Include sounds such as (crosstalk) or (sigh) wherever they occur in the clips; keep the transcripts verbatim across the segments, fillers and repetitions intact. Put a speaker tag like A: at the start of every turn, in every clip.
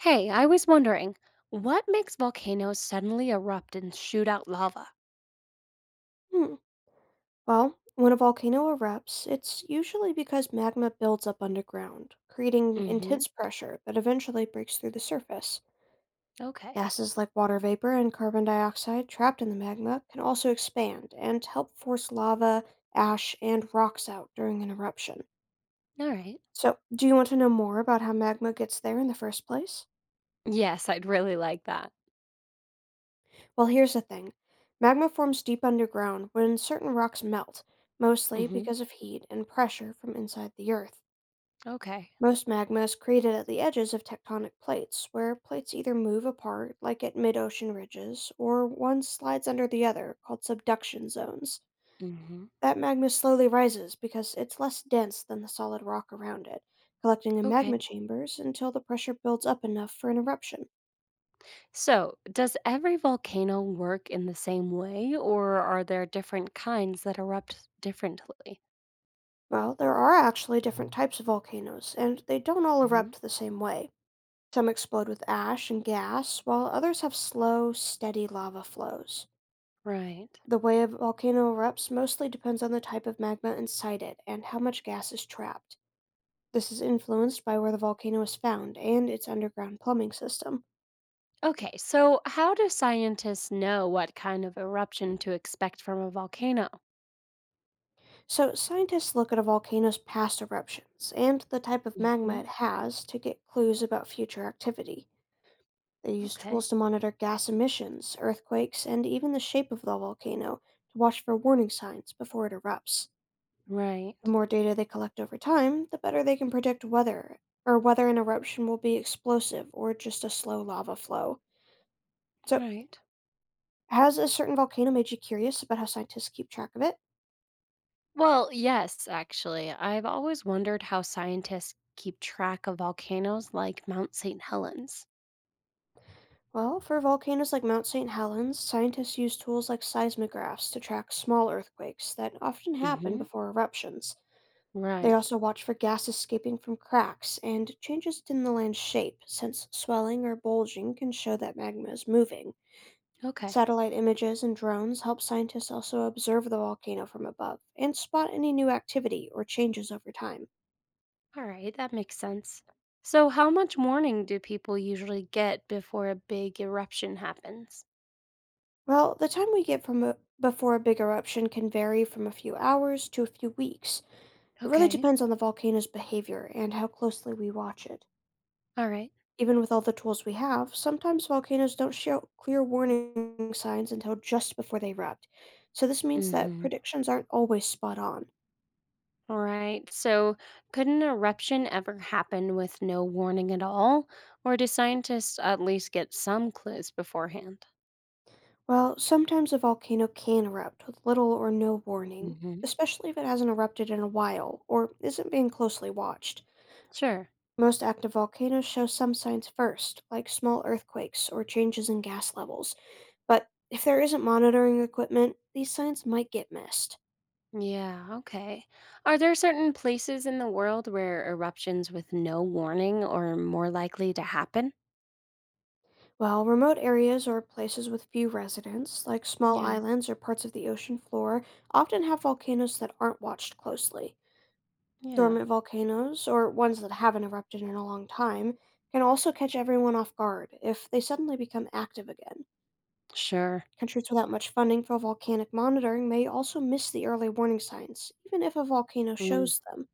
A: Hey, I was wondering, what makes volcanoes suddenly erupt and shoot out lava?
B: Hmm. Well, when a volcano erupts, it's usually because magma builds up underground, creating
A: Mm-hmm.
B: intense pressure that eventually breaks through the surface.
A: Okay.
B: Gases like water vapor and carbon dioxide trapped in the magma can also expand and help force lava, ash, and rocks out during an eruption.
A: All right.
B: So, do you want to know more about how magma gets there in the first place?
A: Yes, I'd really like that.
B: Well, here's the thing magma forms deep underground when certain rocks melt, mostly
A: Mm-hmm.
B: because of heat and pressure from inside the earth.
A: Okay.
B: Most magma is created at the edges of tectonic plates, where plates either move apart, like at mid ocean ridges, or one slides under the other, called subduction zones.
A: Mm-hmm.
B: That magma slowly rises because it's less dense than the solid rock around it, collecting in magma
A: Okay.
B: chambers until the pressure builds up enough for an eruption.
A: So, does every volcano work in the same way, or are there different kinds that erupt differently?
B: Well, there are actually different types of volcanoes, and they don't all
A: Hmm.
B: erupt the same way. Some explode with ash and gas, while others have slow, steady lava flows.
A: Right.
B: The way a volcano erupts mostly depends on the type of magma inside it and how much gas is trapped. This is influenced by where the volcano is found and its underground plumbing system.
A: Okay. So, how do scientists know what kind of eruption to expect from a volcano?
B: So, scientists look at a volcano's past eruptions and the type of magma
A: Hmm.
B: it has to get clues about future activity. They use
A: Okay.
B: tools to monitor gas emissions, earthquakes, and even the shape of the volcano to watch for warning signs before it erupts. The
A: Right.
B: more data they collect over time, the better they can predict whether or whether an eruption will be explosive or just a slow lava flow. So,
A: Right.
B: has a certain volcano made you curious about how scientists keep track of it?
A: Well, yes, actually. I've always wondered how scientists keep track of volcanoes like Mount Saint Helens.
B: Well, for volcanoes like Mount Saint Helens, scientists use tools like seismographs to track small earthquakes that often happen
A: Hmm.
B: before eruptions. They
A: Right.
B: also watch for gas escaping from cracks and changes in the land's shape, since swelling or bulging can show that magma is moving.
A: Okay.
B: Satellite images and drones help scientists also observe the volcano from above and spot any new activity or changes over time.
A: All right. That makes sense. So, how much warning do people usually get before a big eruption happens?
B: Well, the time we get from a, before a big eruption can vary from a few hours to a few weeks. It really
A: Okay.
B: depends on the volcano's behavior and how closely we watch it.
A: All right.
B: Even with all the tools we have, sometimes volcanoes don't show clear warning signs until just before they erupt. So this means that
A: Hmm.
B: predictions aren't always spot on.
A: All right. So, could an eruption ever happen with no warning at all? Or do scientists at least get some clues beforehand?
B: Well, sometimes a volcano can erupt with little or no warning,
A: Hmm.
B: especially if it hasn't erupted in a while or isn't being closely watched.
A: Sure.
B: Most active volcanoes show some signs first, like small earthquakes or changes in gas levels, but if there isn't monitoring equipment, these signs might get missed.
A: Yeah, okay. Are there certain places in the world where eruptions with no warning are more likely to happen?
B: While remote areas or places with few residents, like small
A: Yeah,
B: islands or parts of the ocean floor, often have volcanoes that aren't watched closely.
A: yeah,
B: Dormant volcanoes, or ones that haven't erupted in a long time, can also catch everyone off guard if they suddenly become active again.
A: sure.
B: Countries without much funding for volcanic monitoring may also miss the early warning signs, even if a volcano
A: Mm.
B: shows them.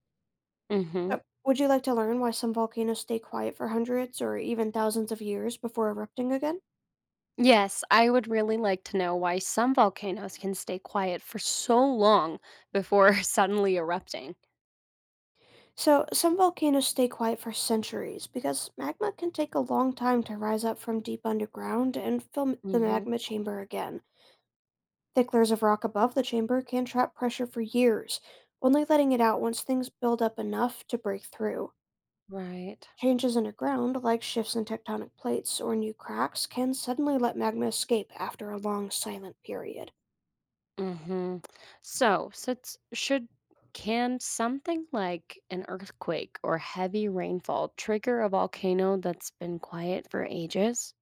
A: Mm-hmm.
B: So, would you like to learn why some volcanoes stay quiet for hundreds or even thousands of years before erupting again?
A: Yes, I would really like to know why some volcanoes can stay quiet for so long before (laughs) suddenly erupting.
B: So, some volcanoes stay quiet for centuries because magma can take a long time to rise up from deep underground and fill the
A: Mm-hmm.
B: magma chamber again. Thick layers of rock above the chamber can trap pressure for years, only letting it out once things build up enough to break through.
A: Right.
B: Changes underground, like shifts in tectonic plates or new cracks, can suddenly let magma escape after a long silent period.
A: Mm-hmm. So, since should can something like an earthquake or heavy rainfall trigger a volcano that's been quiet for ages?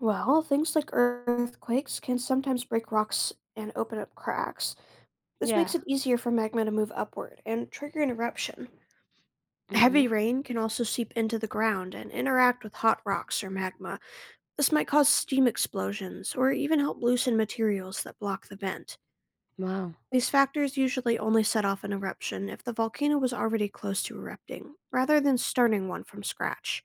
B: Well, things like earthquakes can sometimes break rocks and open up cracks. This makes
A: Yeah.
B: it easier for magma to move upward and trigger an eruption.
A: Mhm.
B: Heavy rain can also seep into the ground and interact with hot rocks or magma. This might cause steam explosions or even help loosen materials that block the vent.
A: Wow.
B: These factors usually only set off an eruption if the volcano was already close to erupting, rather than starting one from scratch.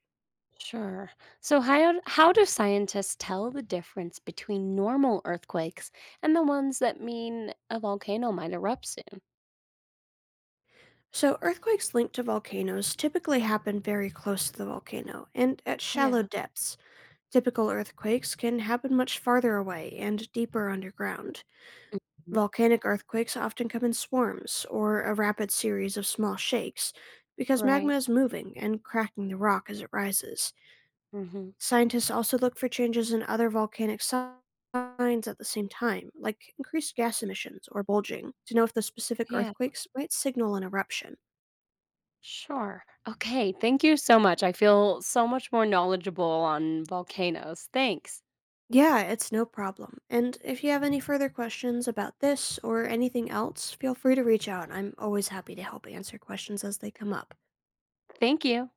A: Sure. So how how do scientists tell the difference between normal earthquakes and the ones that mean a volcano might erupt soon?
B: So, earthquakes linked to volcanoes typically happen very close to the volcano and at shallow
A: Yeah.
B: depths. Typical earthquakes can happen much farther away and deeper underground.
A: Mhm.
B: Volcanic earthquakes often come in swarms or a rapid series of small shakes because magma is
A: Right.
B: moving and cracking the rock as it rises.
A: Hmm.
B: Scientists also look for changes in other volcanic si- signs at the same time, like increased gas emissions or bulging, to know if the specific
A: Yeah.
B: earthquakes might signal an eruption.
A: Sure. Okay. Thank you so much. I feel so much more knowledgeable on volcanoes. Thanks.
B: Yeah, it's no problem. And if you have any further questions about this or anything else, feel free to reach out. I'm always happy to help answer questions as they come up.
A: Thank you.